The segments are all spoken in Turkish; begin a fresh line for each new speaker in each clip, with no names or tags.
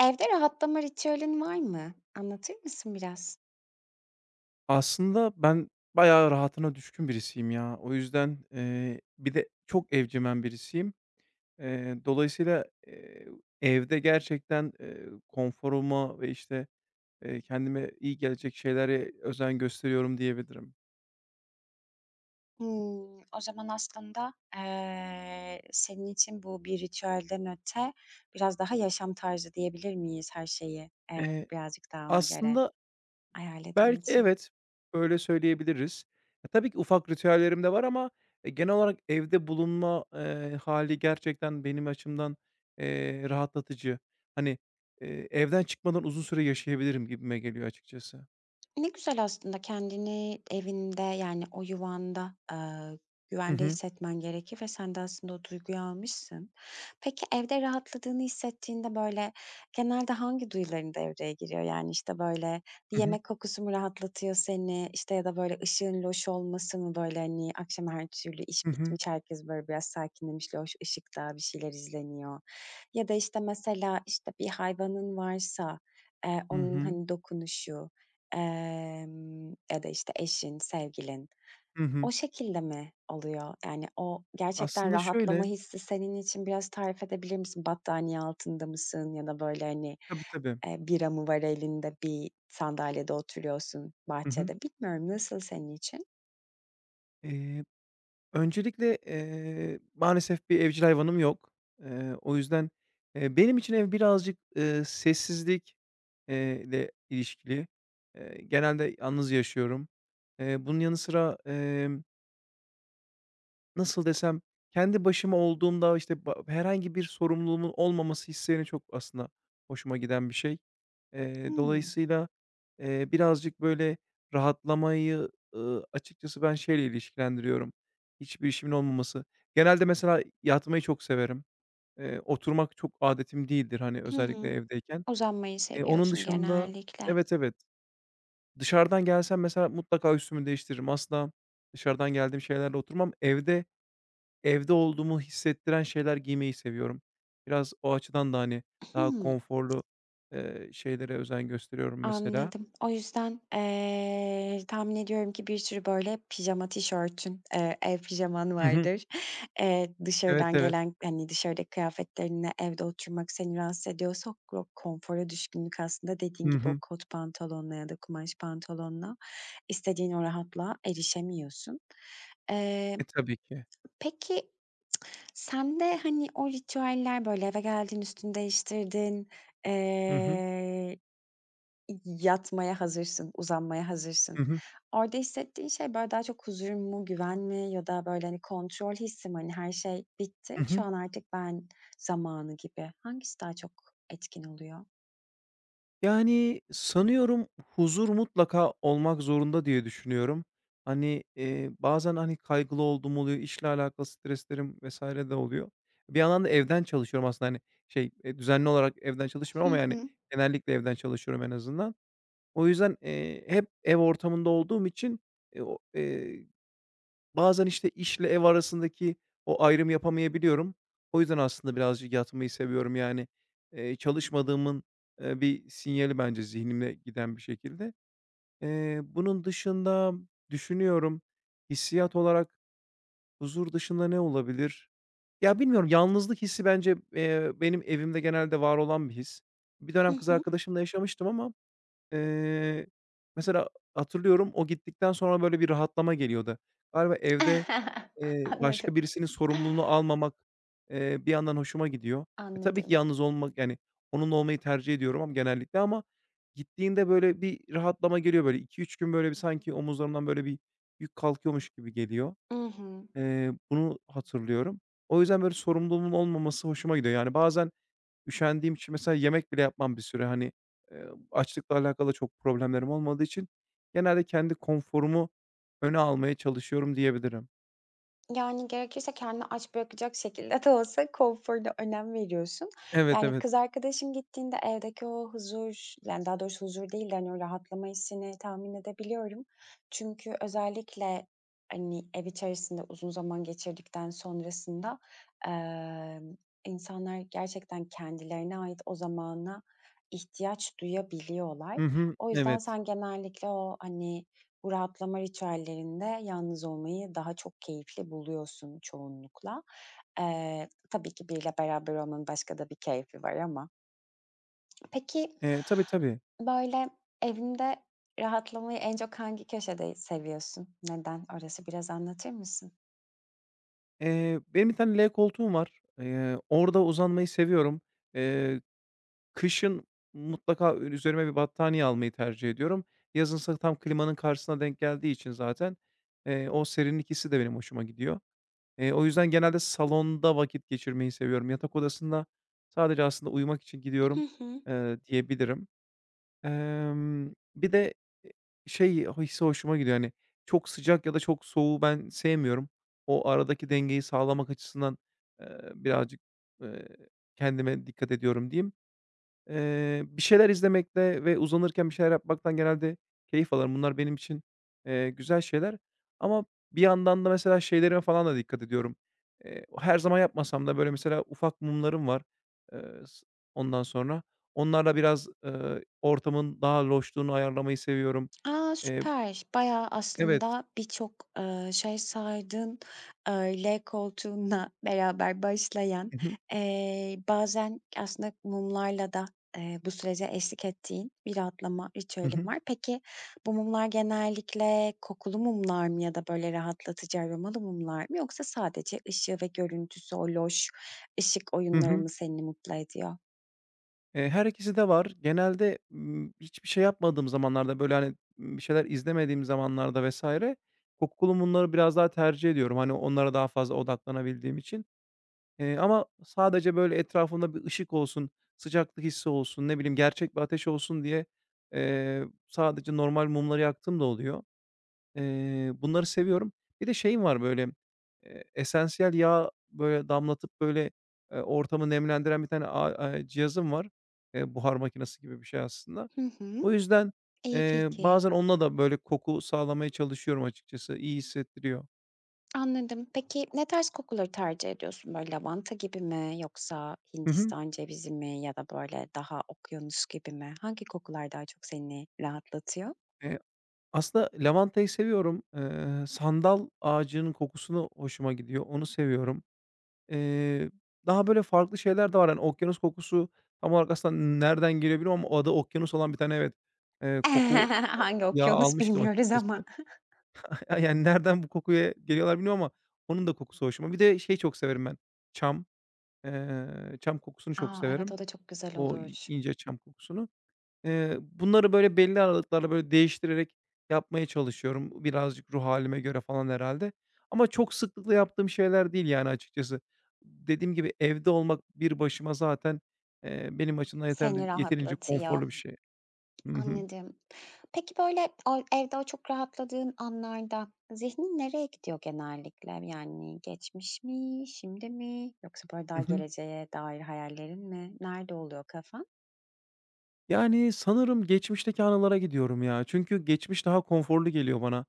Evde rahatlama ritüelin var mı? Anlatır mısın biraz?
Aslında ben bayağı rahatına düşkün birisiyim ya. O yüzden, bir de çok evcimen birisiyim. Dolayısıyla, evde gerçekten, konforuma ve, işte, kendime iyi gelecek şeylere özen gösteriyorum diyebilirim.
Hımm, o zaman aslında, senin için bu bir ritüelden öte biraz daha yaşam tarzı diyebilir miyiz her şeyi,
Eee,
birazcık daha ona göre
aslında
ayarladığın
Belki
için?
evet, öyle söyleyebiliriz. E, tabii ki ufak ritüellerim de var ama, e, genel olarak evde bulunma, hâli gerçekten benim açımdan, rahatlatıcı. Hani, evden çıkmadan uzun süre yaşayabilirim gibime geliyor açıkçası.
Ne güzel aslında kendini evinde, yani, o yuvanda,
Hı
güvende
hı.
hissetmen gerekir ve sen de aslında o duyguyu almışsın. Peki, evde rahatladığını hissettiğinde, böyle, genelde hangi duyuların devreye giriyor? Yani, işte, böyle, bir
Hı hı.
yemek kokusu mu rahatlatıyor seni, İşte ya da, böyle, ışığın loş olması mı? Böyle, hani, akşam her türlü iş
Hı hı.
bitmiş, herkes, böyle, biraz sakinlemiş, loş ışıkta bir şeyler izleniyor ya da, işte, mesela, işte, bir hayvanın varsa,
Hı
onun,
hı.
hani, dokunuşu. Ya da, işte, eşin, sevgilin.
Hı
O
hı.
şekilde mi oluyor? Yani, o gerçekten
Aslında
rahatlama
şöyle
hissi senin için biraz tarif edebilir misin? Battaniye altında mısın ya da, böyle, hani,
Tabii, tabii.
bira mı var elinde, bir sandalyede oturuyorsun
Hı hı.
bahçede? Bilmiyorum, nasıl senin için?
Öncelikle, maalesef bir evcil hayvanım yok. O yüzden, benim için ev birazcık, sessizlik, ile ilişkili. Genelde yalnız yaşıyorum. Bunun yanı sıra, nasıl desem, kendi başıma olduğumda, işte, herhangi bir sorumluluğumun olmaması hissini çok aslında hoşuma giden bir şey.
Hımm.
Dolayısıyla, birazcık, böyle, rahatlamayı, açıkçası ben şeyle ilişkilendiriyorum, hiçbir işimin olmaması. Genelde mesela yatmayı çok severim. Oturmak çok adetim değildir, hani,
Hı
özellikle
hı.
evdeyken.
Uzanmayı
Onun
seviyorsun
dışında
genellikle.
Evet, evet. Dışarıdan gelsem mesela mutlaka üstümü değiştiririm. Asla dışarıdan geldiğim şeylerle oturmam. Evde olduğumu hissettiren şeyler giymeyi seviyorum. Biraz o açıdan da, hani, daha
Hımm.
konforlu, şeylere özen gösteriyorum mesela.
Anladım. O yüzden, tahmin ediyorum ki bir sürü böyle pijama tişörtün, ev pijaman
Hı hı.
vardır.
Evet,
Dışarıdan
evet.
gelen, hani, dışarıdaki kıyafetlerinle evde oturmak seni rahatsız ediyorsa o konfora düşkünlük aslında dediğin
Hı
gibi o
hı.
kot pantolonla ya da kumaş pantolonla istediğin o rahatlığa erişemiyorsun. Eee,
E, tabii ki.
peki sende, hani, o ritüeller, böyle, eve geldin, üstünü değiştirdin.
Hı hı.
eee Yatmaya hazırsın, uzanmaya hazırsın.
Hı hı.
Orada hissettiğin şey, böyle, daha çok huzur mu, güven mi ya da, böyle, hani, kontrol hissi mi? Hani, her şey bitti,
Hı
şu
hı.
an artık ben zamanı gibi. Hangisi daha çok etkin oluyor?
Yani, sanıyorum huzur mutlaka olmak zorunda diye düşünüyorum. Hani, bazen, hani, kaygılı olduğum oluyor, işle alakalı streslerim vs. de oluyor. Bir yandan da evden çalışıyorum aslında, hani, düzenli olarak evden çalışmıyorum
Hı
ama, yani,
hı.
genellikle evden çalışıyorum en azından. O yüzden, hep ev ortamında olduğum için, o bazen, işte, işle ev arasındaki o ayrımı yapamayabiliyorum. O yüzden aslında birazcık yatmayı seviyorum. Yani, çalışmadığımın, bir sinyali bence zihnimde giden bir şekilde. Bunun dışında düşünüyorum, hissiyat olarak huzur dışında ne olabilir? Ya, bilmiyorum, yalnızlık hissi bence, benim evimde genelde var olan bir his. Bir
Hı
dönem kız
hı.
arkadaşımla yaşamıştım ama, eee, mesela hatırlıyorum o gittikten sonra, böyle, bir rahatlama geliyordu. Galiba evde
Anladım.
Başka birisinin sorumluluğunu almamak, bir yandan hoşuma gidiyor. Tabii ki
Anladım.
yalnız olmak, yani, onunla olmayı tercih ediyorum ama genellikle ama gittiğinde, böyle, bir rahatlama geliyor, böyle, iki üç gün, böyle, bir sanki omuzlarımdan, böyle, bir yük kalkıyormuş gibi geliyor.
I hı.
Bunu hatırlıyorum. O yüzden, böyle, sorumluluğumun olmaması hoşuma gidiyor. Yani, bazen üşendiğim için mesela yemek bile yapmam bir süre, hani, açlıkla alakalı çok problemlerim olmadığı için genelde kendi konforumu öne almaya çalışıyorum diyebilirim.
Yani, gerekirse kendini aç bırakacak şekilde de olsa konforuna önem veriyorsun.
Evet,
Yani,
evet.
kız arkadaşın gittiğinde evdeki o huzur, yani, daha doğrusu huzur değil de, hani, o rahatlama hissini tahmin edebiliyorum. Çünkü özellikle, hani, ev içerisinde uzun zaman geçirdikten sonrasında, emm, insanlar gerçekten kendilerine ait o zamana ihtiyaç duyabiliyorlar.
Hı hı,
O yüzden
evet.
sen genellikle o, hani, bu rahatlama ritüellerinde yalnız olmayı daha çok keyifli buluyorsun çoğunlukla. Tabii ki biriyle beraber olmanın başka da bir keyfi var ama. Peki,
Tabii, tabii.
böyle, evinde rahatlamayı en çok hangi köşede seviyorsun? Neden? Orası biraz anlatır mısın?
Benim bir tane L koltuğum var. Orada uzanmayı seviyorum. Eee, Kışın mutlaka üzerime bir battaniye almayı tercih ediyorum. Yazınsa tam klimanın karşısına denk geldiği için zaten, o serinlik hissi de benim hoşuma gidiyor. O yüzden genelde salonda vakit geçirmeyi seviyorum. Yatak odasında sadece aslında uyumak için
Hı
gidiyorum,
hı.
diyebilirim. Bir de, e, şey hissi hoşuma gidiyor, hani, çok sıcak ya da çok soğuğu ben sevmiyorum. O aradaki dengeyi sağlamak açısından, eee, birazcık, eee, kendime dikkat ediyorum diyeyim. Bir şeyler izlemekte ve uzanırken bir şeyler yapmaktan genelde keyif alırım. Bunlar benim için, güzel şeyler ama bir yandan da mesela şeylerime falan da dikkat ediyorum. Her zaman yapmasam da böyle mesela ufak mumlarım var. Eee, s ondan sonra onlarla biraz, ortamın daha loşluğunu ayarlamayı seviyorum.
A,
Eee
süper. Bayağı
Evet.
aslında birçok, şey saydın. L koltuğunla beraber başlayan,
Hı hı.
bazen aslında mumlarla da, bu sürece eşlik ettiğin bir rahatlama
Hı
ritüelin
hı.
var. Peki, bu mumlar genellikle kokulu mumlar mı ya da böyle rahatlatıcı aromalı mumlar mı yoksa sadece ışığı ve görüntüsü, o loş ışık
Hı
oyunları
hı.
mı seni mutlu ediyor?
Her ikisi de var. Genelde, hiçbir şey yapmadığım zamanlarda, böyle, hani, bir şeyler izlemediğim zamanlarda vesaire, kokulu mumları biraz daha tercih ediyorum. Hani, onlara daha fazla odaklanabildiğim için. Ama sadece, böyle, etrafında bir ışık olsun, sıcaklık hissi olsun, ne bileyim, gerçek bir ateş olsun diye, sadece normal mumları yaktığım da oluyor. Bunları seviyorum. Bir de şeyim var böyle, esansiyel yağ böyle damlatıp böyle, ortamı nemlendiren bir tane a cihazım var. Buhar makinesi gibi bir şey aslında.
Hı hı.
O yüzden,
İyi fikir.
bazen onunla da böyle koku sağlamaya çalışıyorum açıkçası. İyi hissettiriyor.
Anladım. Peki ne tarz kokuları tercih ediyorsun? Böyle lavanta gibi mi yoksa
Hı hı.
Hindistan cevizi mi ya da böyle daha okyanus gibi mi? Hangi kokular daha çok seni rahatlatıyor?
Eee, Aslında lavantayı seviyorum. Sandal ağacının kokusunu hoşuma gidiyor. Onu seviyorum. Eee, Daha böyle farklı şeyler de var. Hani, okyanus kokusu tam olarak aslında nereden geliyor bilmiyorum ama adı okyanus olan bir tane evet, koku
Hangi
yağı
okyanus
almıştım
bilmiyoruz ama.
açıkçası. Yani, nereden bu kokuya geliyorlar bilmiyorum ama onun da kokusu hoşuma. Bir de şey çok severim ben, çam. Çam kokusunu çok
A, evet,
severim.
o da çok güzel
O i
olur.
ince çam kokusunu. Bunları, böyle, belli aralıklarla, böyle, değiştirerek yapmaya çalışıyorum. Birazcık ruh halime göre falan herhâlde ama çok sıklıkla yaptığım şeyler değil, yani, açıkçası. Dediğim gibi evde olmak bir başıma zaten, benim açımdan
Seni
yeterince
rahatlatıyor.
konforlu bir şey. Hı hı.
Anladım. Peki, böyle, o evde o çok rahatladığın anlarda zihnin nereye gidiyor genellikle? Yani geçmiş mi, şimdi mi yoksa böyle daha
Hı hı.
geleceğe dair hayallerin mi? Nerede oluyor kafa?
Yani, sanırım geçmişteki anılara gidiyorum ya. Çünkü geçmiş daha konforlu geliyor bana,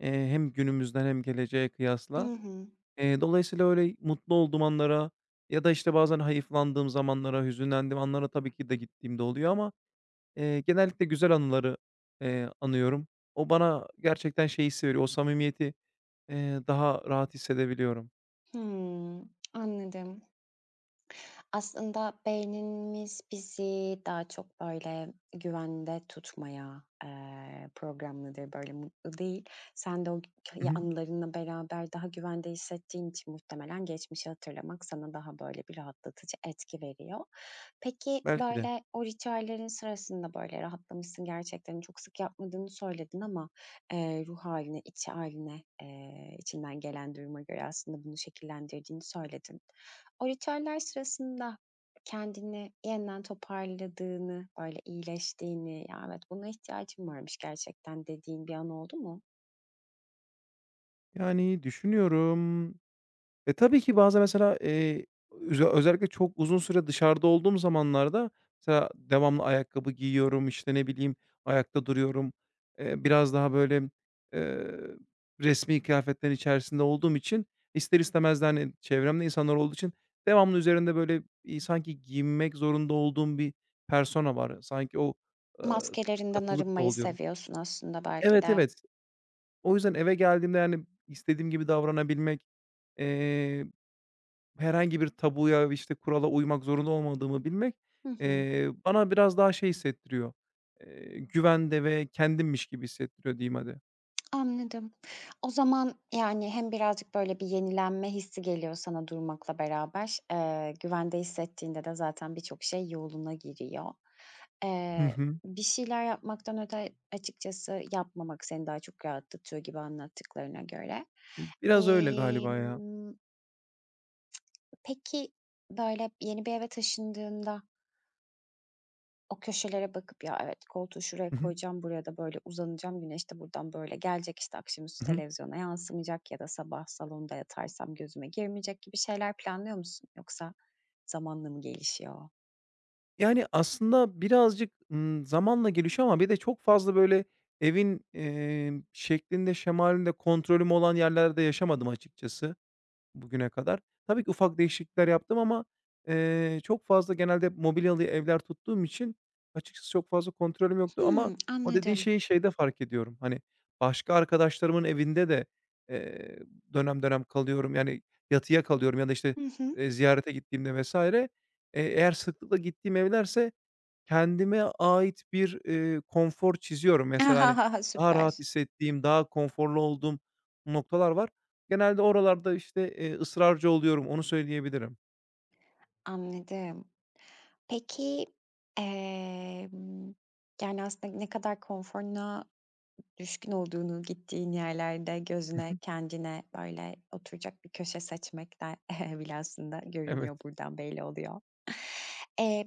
hem günümüzden hem geleceğe
I
kıyasla.
hı.
Dolayısıyla öyle mutlu olduğum anlara ya da, işte, bazen hayıflandığım zamanlara, hüzünlendiğim anlara tabii ki de gittiğimde oluyor ama, genellikle güzel anıları, anıyorum. O bana gerçekten şey hissi veriyor, o samimiyeti, daha rahat hissedebiliyorum.
Hımm, anladım. Aslında beynimiz bizi daha çok, böyle, güvende tutmaya, programlıdır, böyle, mutlu değil. Sen de o
Hı
hikâye
hı.
anılarınla beraber daha güvende hissettiğin için muhtemelen geçmişi hatırlamak sana daha, böyle, bir rahatlatıcı etki veriyor. Peki,
Belki de.
böyle, o ritüellerin sırasında, böyle, rahatlamışsın gerçekten, çok sık yapmadığını söyledin ama, ruh haline iç haline içinden gelen duruma göre aslında bunu şekillendirdiğini söyledin. O ritüeller sırasında kendini yeniden toparladığını, böyle iyileştiğini, "Ya, evet, buna ihtiyacım varmış gerçekten." dediğin bir an oldu mu?
Yani, düşünüyorum. E, tabii ki bazen mesela, özellikle çok uzun süre dışarıda olduğum zamanlarda mesela devamlı ayakkabı giyiyorum, işte, ne bileyim, ayakta duruyorum. Biraz daha böyle, eee, resmî kıyafetlerin içerisinde olduğum için ister istemez de, hani, çevremde insanlar olduğu için devamlı üzerinde böyle, sanki giyinmek zorunda olduğum bir persona var. Sanki o, ııı,
Maskelerinden
katılıkla
arınmayı
oluyorum.
seviyorsun aslında belki
Evet,
de.
evet. O yüzden eve geldiğimde, yani, istediğim gibi davranabilmek, eee herhangi bir tabuya, ve işte, kurala uymak zorunda olmadığımı bilmek,
Hı hı.
bana biraz daha şey hissettiriyor, güvende ve kendimmiş gibi hissettiriyor diyeyim hadi.
Anladım. O zaman, yani, hem birazcık, böyle, bir yenilenme hissi geliyor sana durmakla beraber. Güvende hissettiğinde de zaten birçok şey yoluna giriyor.
Hı
Eee,
hı.
bir şeyler yapmaktan öte açıkçası yapmamak seni daha çok rahatlatıyor gibi anlattıklarına göre.
Biraz öyle galiba ya.
Emm, peki, böyle, yeni bir eve taşındığında o köşelere bakıp, ya, evet, koltuğu şuraya
Hı hı.
koyacağım, buraya da böyle uzanacağım, güneş de buradan böyle gelecek, işte, akşamüstü
Hı hı.
televizyona yansımayacak ya da sabah salonda yatarsam gözüme girmeyecek gibi şeyler planlıyor musun? Yoksa zamanla mı gelişiyor?
Yani, aslında birazcık, zamanla gelişiyor ama bir de çok fazla, böyle, evin, şeklinde şemalinde kontrolüm olan yerlerde yaşamadım açıkçası. Bugüne kadar. Tabii ki ufak değişiklikler yaptım ama, çok fazla genelde hep mobilyalı evler tuttuğum için açıkçası çok fazla kontrolüm yoktu ama
Hımm,
o dediğin
anladım.
şeyi şeyde fark ediyorum. Hani, başka arkadaşlarımın evinde de, eee, dönem dönem kalıyorum. Yani, yatıya kalıyorum ya da, işte,
Hı hı.
ziyarete gittiğimde vs. Eğer sıklıkla gittiğim evlerse kendime ait bir, konfor çiziyorum. Mesela, hani, daha
Süper.
rahat hissettiğim, daha konforlu olduğum noktalar var. Genelde oralarda, işte, ısrarcı oluyorum, onu söyleyebilirim.
Anladım. Peki, emm, yani, aslında ne kadar konforuna düşkün olduğunu gittiğin yerlerde
Hı
gözüne,
hı.
kendine, böyle, oturacak bir köşe seçmek de bile aslında
Evet.
görünüyor, buradan belli oluyor. Eee,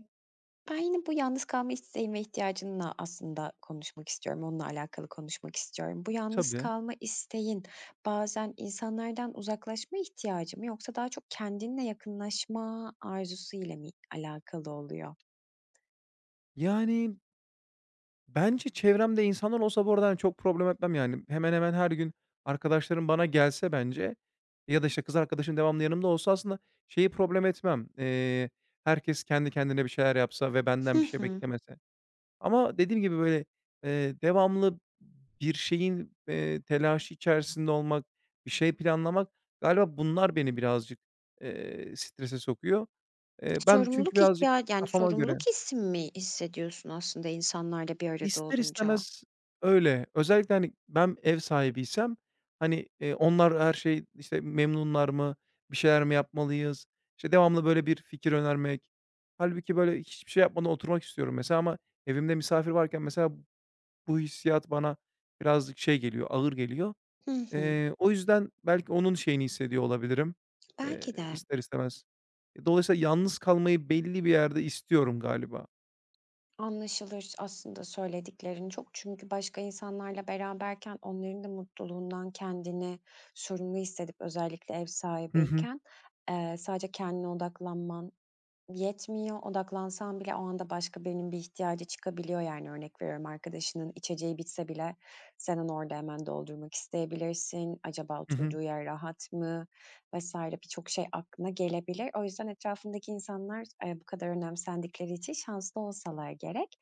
ben yine bu yalnız kalma isteğin ve ihtiyacınla aslında konuşmak istiyorum, onunla alakalı konuşmak istiyorum. Bu yalnız
Tabii.
kalma isteğin bazen insanlardan uzaklaşma ihtiyacı mı yoksa daha çok kendinle yakınlaşma arzusu ile mi alakalı oluyor?
Yani, bence çevremde insanlar olsa bu arada, hani, çok problem etmem, yani. Hemen hemen her gün arkadaşlarım bana gelse bence ya da, işte, kız arkadaşım devamlı yanımda olsa aslında şeyi problem etmem. Herkes kendi kendine bir şeyler yapsa ve benden bir şey beklemese. Ama dediğim gibi, böyle, devamlı bir şeyin, telaşı içerisinde olmak, bir şey planlamak, galiba bunlar beni birazcık, strese sokuyor. Ben çünkü
Sorumluluk
birazcık
ihtiya yani,
kafama göre
sorumluluk hissi mi hissediyorsun aslında insanlarla bir arada
ister
olunca?
istemez öyle. Özellikle, hani, ben ev sahibiysem, hani, onlar her şey, işte, memnunlar mı, bir şeyler mi yapmalıyız, İşte devamlı böyle bir fikir önermek. Halbuki böyle hiçbir şey yapmadan oturmak istiyorum mesela ama evimde misafir varken mesela bu hissiyat bana birazcık şey geliyor, ağır geliyor.
Hı hı.
O yüzden belki onun şeyini hissediyor olabilirim,
Belki de.
ister istemez. E, dolayısıyla yalnız kalmayı belli bir yerde istiyorum galiba.
Anlaşılır aslında söylediklerin çok. Çünkü başka insanlarla beraberken onların da mutluluğundan kendini sorumlu hissedip özellikle ev
Hı hı.
sahibiyken, sadece kendine odaklanman yetmiyor, odaklansam bile o anda başka birinin bir ihtiyacı çıkabiliyor, yani, örnek veriyorum, arkadaşının içeceği bitse bile sen onu orada hemen doldurmak isteyebilirsin. Acaba
Hı hı.
oturduğu yer rahat mı vs. birçok şey aklına gelebilir. O yüzden etrafındaki insanlar, bu kadar önemsendikleri için şanslı olsalar gerek.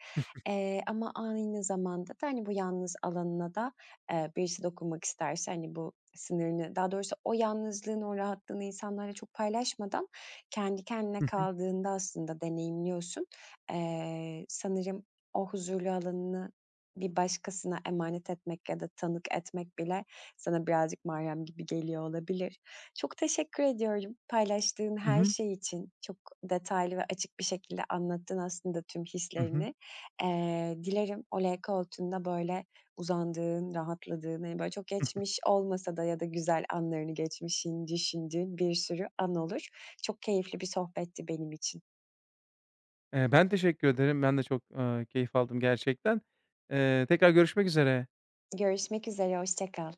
Ama aynı zamanda da, hani, bu yalnız alanına da, birisi dokunmak isterse, hani, bu sınırını, daha doğrusu o yalnızlığın o rahatlığını insanlarla çok paylaşmadan kendi kendine
Hı hı.
kaldığında aslında deneyimliyorsun. Sanırım o huzurlu alanını bir başkasına emanet etmek ya da tanık etmek bile sana birazcık Meryem gibi geliyor olabilir. Çok teşekkür ediyorum paylaştığın
Hı
her
hı.
şey için. Çok detaylı ve açık bir şekilde anlattın aslında tüm
Hı hı.
hislerini. Dilerim o L koltuğunda böyle uzandığın, rahatladığın, hani, böyle çok geçmiş olmasa da ya da güzel anlarını geçmişin düşündüğün bir sürü an olur. Çok keyifli bir sohbetti benim için.
Ben teşekkür ederim. Ben de çok, keyif aldım gerçekten. Tekrar görüşmek üzere.
Görüşmek üzere, hoşça kal.